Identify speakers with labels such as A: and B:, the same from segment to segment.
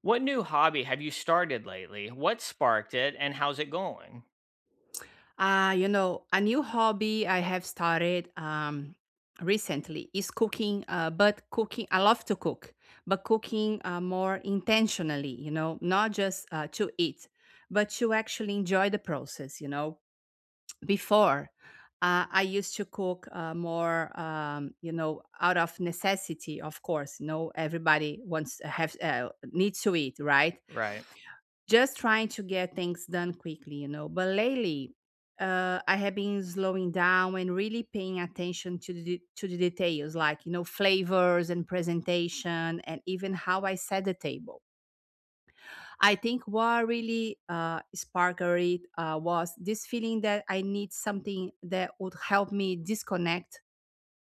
A: What new hobby have you started lately? What sparked it and how's it going?
B: A new hobby I have started recently is cooking, but cooking, I love to cook, but cooking more intentionally, you know, not just to eat, but to actually enjoy the process. Before, I used to cook more, out of necessity, of course. Everybody wants have needs to eat, right?
A: Right.
B: Just trying to get things done quickly. But lately, I have been slowing down and really paying attention to the details, like, flavors and presentation, and even how I set the table. I think what really sparked it was this feeling that I need something that would help me disconnect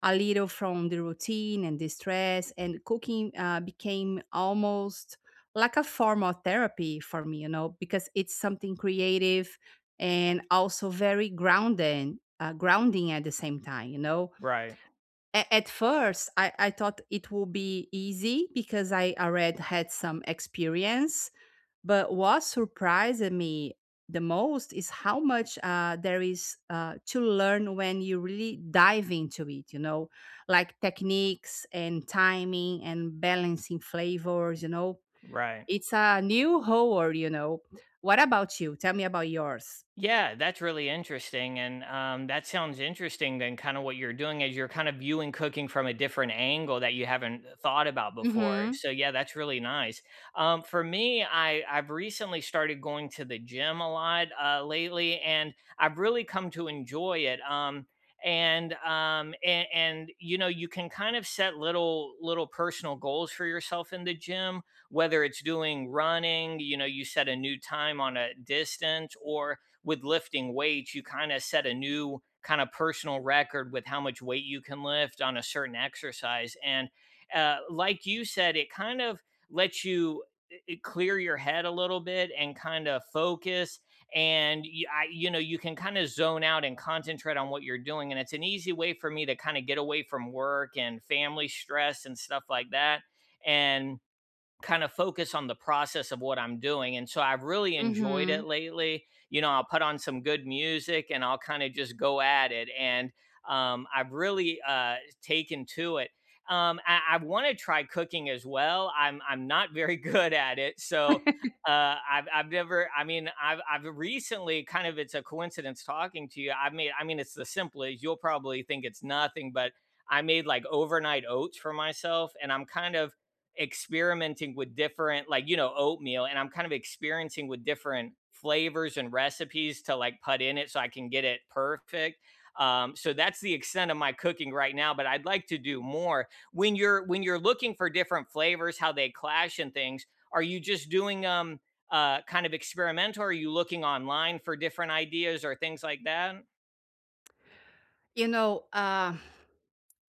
B: a little from the routine and the stress, and cooking became almost like a form of therapy for me, you know, because it's something creative and also very grounding at the same time.
A: Right.
B: At first, I thought it would be easy because I already had some experience, but what surprised me the most is how much there is to learn when you really dive into it, you know, like techniques and timing and balancing flavors.
A: Right.
B: It's a new whole world. What about you? Tell me about yours.
A: Yeah, that's really interesting. And that sounds interesting than kind of what you're doing is you're kind of viewing cooking from a different angle that you haven't thought about before.
B: Mm-hmm.
A: So yeah, that's really nice. For me, I've recently started going to the gym a lot lately, and I've really come to enjoy it. And you know you can kind of set little personal goals for yourself in the gym, whether it's doing running, you know, you set a new time on a distance, or with lifting weights, you kind of set a new kind of personal record with how much weight you can lift on a certain exercise. And like you said, it kind of lets you clear your head a little bit and kind of focus, and you know you can kind of zone out and concentrate on what you're doing, and it's an easy way for me to kind of get away from work and family stress and stuff like that and kind of focus on the process of what I'm doing. And so I've really enjoyed
B: Mm-hmm.
A: it lately. You know, I'll put on some good music and I'll kind of just go at it. And I've really taken to it. I want to try cooking as well. I'm not very good at it, so I've never. I mean, I've recently, kind of, it's a coincidence talking to you. I've made. I mean, it's the simplest. You'll probably think it's nothing, but I made like overnight oats for myself, and I'm kind of experimenting with different, like, oatmeal, and I'm kind of experiencing with different flavors and recipes to like put in it so I can get it perfect. So that's the extent of my cooking right now, but I'd like to do more. When you're looking for different flavors, how they clash and things, are you just doing kind of experimental? Or are you looking online for different ideas or things like that?
B: You know, uh,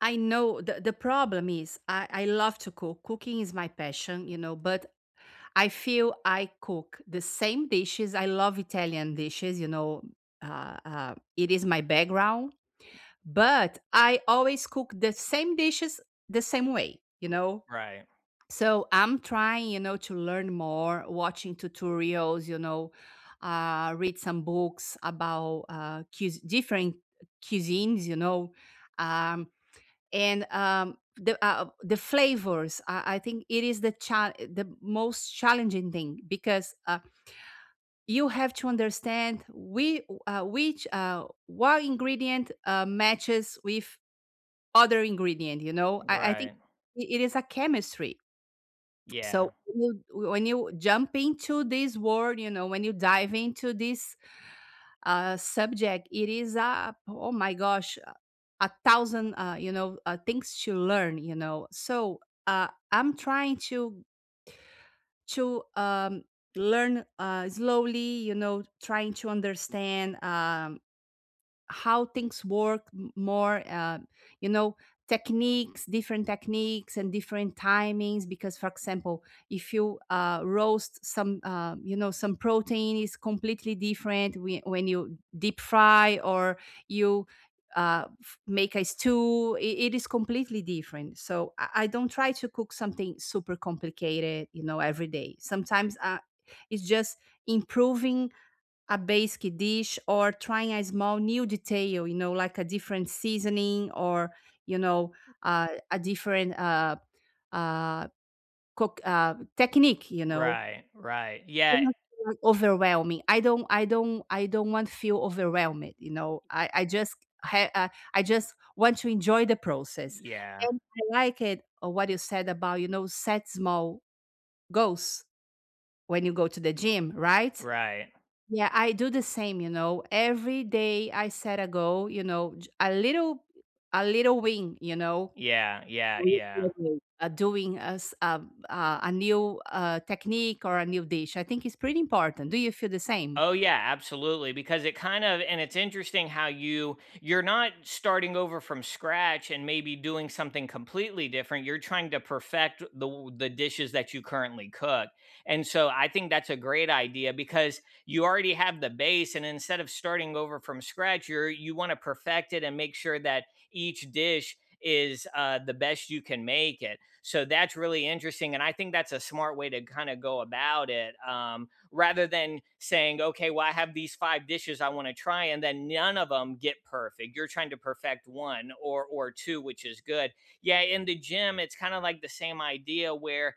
B: I know the problem is I love to cook. Cooking is my passion, you know, but I feel I cook the same dishes. I love Italian dishes. It is my background, but I always cook the same dishes the same way.
A: Right.
B: So I'm trying, you know, to learn more, watching tutorials, read some books about different cuisines. Um, and the flavors. I think it is the most challenging thing because you have to understand we which what ingredient matches with other ingredient. You know, I think
A: Right.
B: it is a chemistry.
A: Yeah.
B: So when you jump into this world, you know, when you dive into this subject, it is a oh my gosh, a thousand things to learn. You know, so I'm trying to learn slowly. You know, trying to understand. How things work more, you know techniques, different techniques and different timings, because for example if you roast some some protein, is completely different when you deep fry, or you make a stew, it is completely different. So I don't try to cook something super complicated, you know, every day. Sometimes it's just improving a basic dish or trying a small new detail, you know, like a different seasoning or, you know, a different uh, cook technique, you know.
A: Right. Right. Yeah.
B: Doesn't feel like overwhelming. I don't. I don't. I don't want to feel overwhelmed. You know. Ha- uh, I just want to enjoy the process.
A: Yeah.
B: And I like it. What you said about set small goals when you go to the gym, right?
A: Right.
B: Yeah, I do the same, you know. Every day I set a goal, you know, a little win, you know,
A: Yeah, yeah, yeah.
B: doing a new technique or a new dish. I think it's pretty important. Do you feel the same?
A: Oh, yeah, absolutely, because it kind of and it's interesting how you're not starting over from scratch and maybe doing something completely different. You're trying to perfect the dishes that you currently cook. And so I think that's a great idea, because you already have the base, and instead of starting over from scratch, you want to perfect it and make sure that each dish is the best you can make it. So that's really interesting, and I think that's a smart way to kind of go about it. Rather than saying, okay, well, I have these five dishes I want to try, and then none of them get perfect. You're trying to perfect one or two, which is good. Yeah, in the gym it's kind of like the same idea, where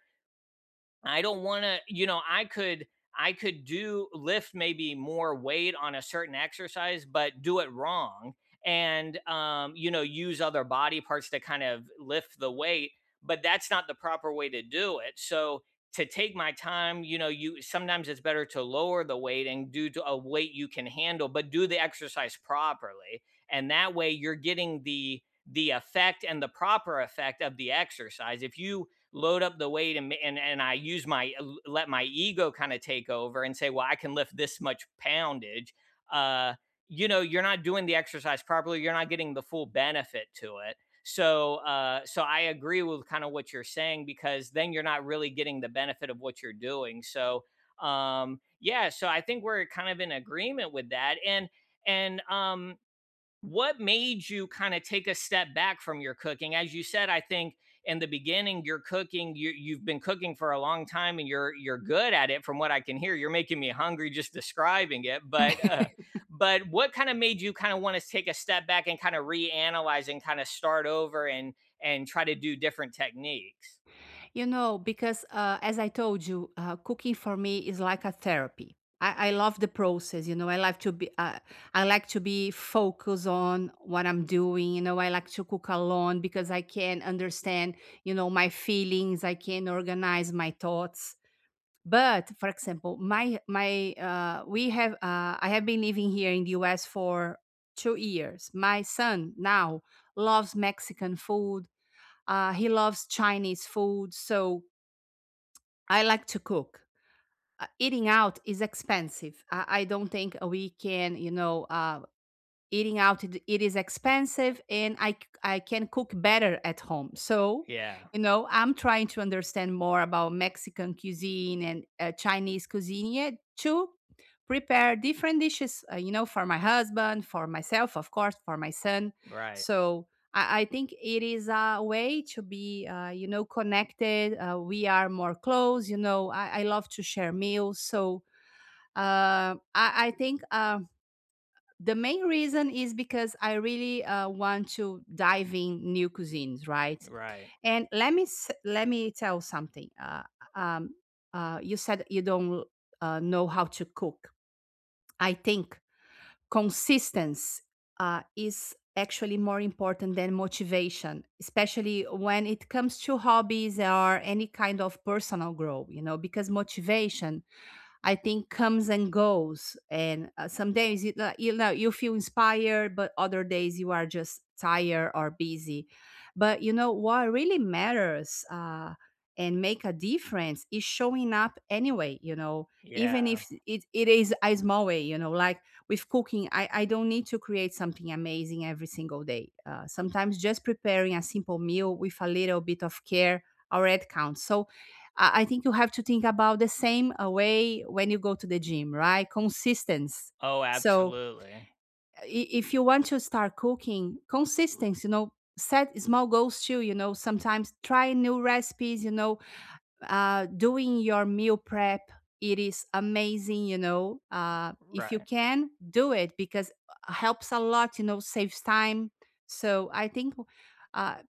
A: I don't want to, you know, I could do, lift maybe more weight on a certain exercise, but do it wrong, and you know, use other body parts to kind of lift the weight, but that's not the proper way to do it. So, to take my time, you know, you sometimes it's better to lower the weight and do to a weight you can handle, but do the exercise properly. And that way you're getting the effect and the proper effect of the exercise. If you load up the weight, and and I use my, let my ego kind of take over and say, well, I can lift this much poundage. Uh, you know, you're not doing the exercise properly. You're not getting the full benefit to it. So, so I agree with kind of what you're saying, because then you're not really getting the benefit of what you're doing. So, yeah, so I think we're kind of in agreement with that. And what made you kind of take a step back from your cooking? As you said, I think in the beginning you're cooking, you've been cooking for a long time, and you're good at it from what I can hear. You're making me hungry just describing it, but uh, but what kind of made you kind of want to take a step back and kind of reanalyze and kind of start over and try to do different techniques?
B: Because as I told you, cooking for me is like a therapy. I love the process. I like to be focused on what I'm doing. You know, I like to cook alone because I can understand. You know, my feelings. I can organize my thoughts. But for example, my we have. I have been living here in the U.S. for 2 years. My son now loves Mexican food. He loves Chinese food. So I like to cook. Eating out is expensive. I don't think we can, eating out it is expensive, and I can cook better at home. So,
A: Yeah.
B: you know, I'm trying to understand more about Mexican cuisine and Chinese cuisine, yeah, to prepare different dishes, for my husband, for myself, of course, for my son.
A: Right.
B: So, I think it is a way to be, connected. We are more close. You know, I love to share meals. So I think. The main reason is because I really want to dive in new cuisines, right?
A: Right.
B: And let me tell something. Um, you said you don't know how to cook. I think consistency is actually more important than motivation, especially when it comes to hobbies or any kind of personal growth, you know, because motivation I think comes and goes. And some days you feel inspired, but other days you are just tired or busy. But you know what really matters and make a difference is showing up anyway. You know, even
A: Yeah.
B: if it is a small way. You know, like with cooking, I don't need to create something amazing every single day. Sometimes just preparing a simple meal with a little bit of care already counts. So I think you have to think about the same way when you go to the gym, right? Consistency.
A: Oh,
B: So
A: absolutely.
B: if you want to start cooking, consistency, you know, set small goals too, you know, sometimes try new recipes, doing your meal prep, it is amazing, if you
A: Right.
B: can do it because helps a lot, you know, saves time. So I think uh,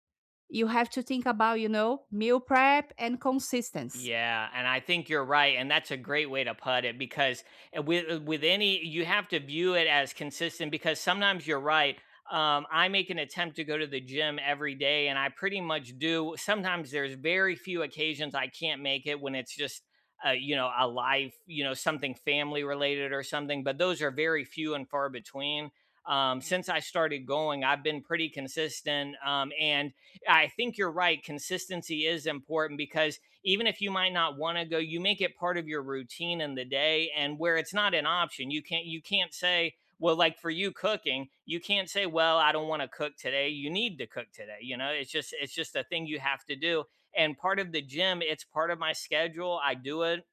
B: you have to think about, you know, meal prep and consistency.
A: Yeah, and I think you're right, and that's a great way to put it, because with any, you have to view it as consistent, because sometimes you're right. I make an attempt to go to the gym every day, and I pretty much do. Sometimes there's very few occasions I can't make it, when it's just a life, something family related or something, but those are very few and far between. Since I started going, I've been pretty consistent, and I think you're right. Consistency is important because even if you might not want to go, you make it part of your routine in the day, and where it's not an option. You can't say, well, like for you cooking, you can't say, well, I don't want to cook today. You need to cook today. You know, it's just a thing you have to do. And part of the gym, it's part of my schedule. I do it,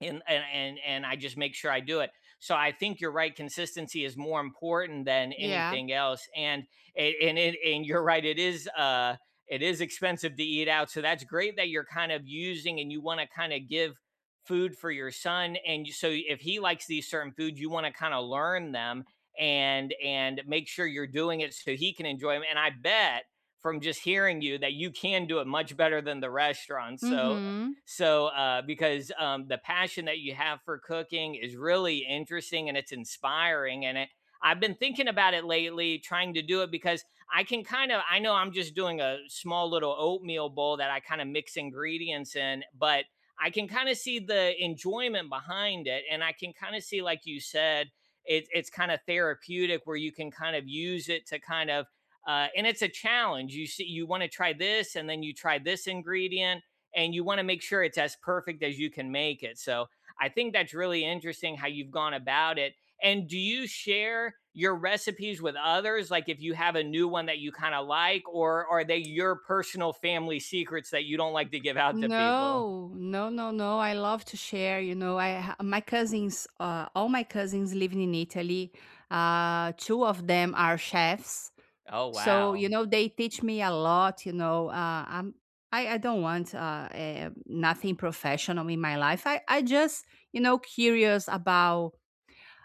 A: and I just make sure I do it. So I think you're right. Consistency is more important than
B: Yeah.
A: anything else. And you're right. It is expensive to eat out. So that's great that you're kind of using, and you want to kind of give food for your son. And so if he likes these certain foods, you want to kind of learn them, and make sure you're doing it so he can enjoy them. And I bet from just hearing you that you can do it much better than the restaurant. So,
B: Mm-hmm.
A: so, because the passion that you have for cooking is really interesting, and it's inspiring, and I've been thinking about it lately, trying to do it, because I can kind of I know I'm just doing a small little oatmeal bowl that I kind of mix ingredients in, but I can kind of see the enjoyment behind it, and I can kind of see, like you said, it's kind of therapeutic, where you can kind of use it to kind of. And it's a challenge. You see, you want to try this, and then you try this ingredient, and you want to make sure it's as perfect as you can make it. So I think that's really interesting how you've gone about it. And do you share your recipes with others? Like, if you have a new one that you kind of like, or are they your personal family secrets that you don't like to give out to people?
B: No, no, no, no, I love to share. You know, my cousins, all my cousins living in Italy. Two of them are chefs.
A: Oh,
B: So, you
A: wow.
B: know, they teach me a lot, you know, I don't want nothing professional in my life. I just, you know, curious about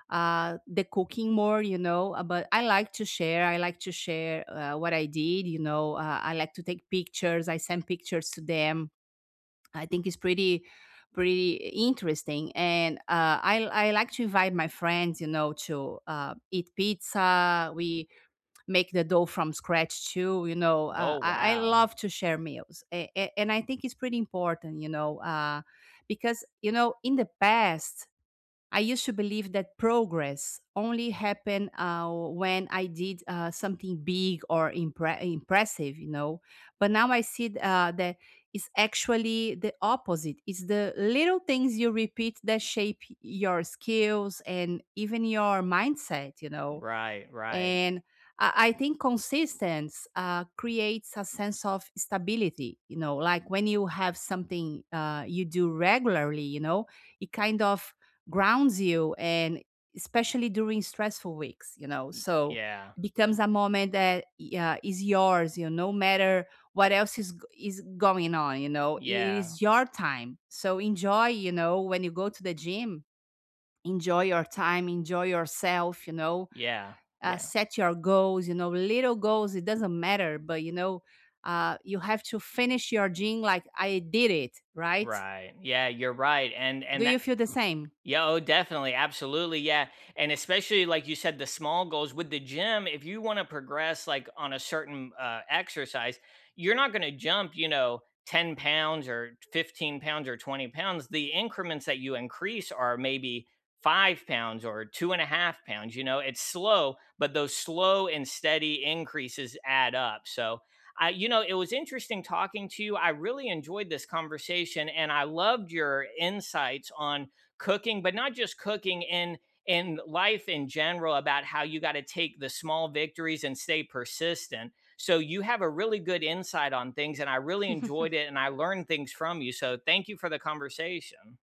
B: the cooking more, but I like to share. I like to share what I did. I like to take pictures. I send pictures to them. I think it's pretty, pretty interesting. And I like to invite my friends, you know, to eat pizza. We make the dough from scratch too. You know,
A: Oh,
B: uh, I, I
A: wow.
B: love to share meals, and I think it's pretty important. Because, in the past, I used to believe that progress only happened when I did something big or impressive. You know, but now I see that it's actually the opposite. It's the little things you repeat that shape your skills and even your mindset.
A: Right, right.
B: And I think consistency creates a sense of stability. You know, like when you have something you do regularly, you know, it kind of grounds you, and especially during stressful weeks, you know. So
A: Yeah,
B: it becomes a moment that is yours, you know, no matter what else is going on, you know, it
A: yeah,
B: is your time. So enjoy, you know, when you go to the gym, enjoy your time, enjoy yourself,
A: yeah, yeah.
B: set your goals, you know, little goals, it doesn't matter, but you know, you have to finish your gym like I did it, right?
A: Right. Yeah, you're right. And
B: Do
A: and that.
B: you feel the same?
A: Yeah, oh, definitely. Absolutely. Yeah. And especially, like you said, the small goals with the gym, if you want to progress like on a certain exercise, you're not going to jump, you know, 10 pounds or 15 pounds or 20 pounds. The increments that you increase are maybe 5 pounds or 2.5 pounds. You know, it's slow, but those slow and steady increases add up. So, you know, it was interesting talking to you. I really enjoyed this conversation, and I loved your insights on cooking, but not just cooking, in life in general, about how you got to take the small victories and stay persistent. So you have a really good insight on things, and I really enjoyed it, and I learned things from you. So thank you for the conversation.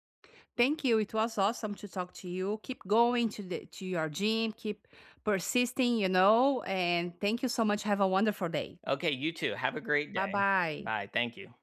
B: Thank you. It was awesome to talk to you. Keep going to the to your gym. Keep persisting, you know. And thank you so much. Have a wonderful day.
A: Okay, you too. Have a great
B: Bye
A: day.
B: bye.
A: Bye. Thank you.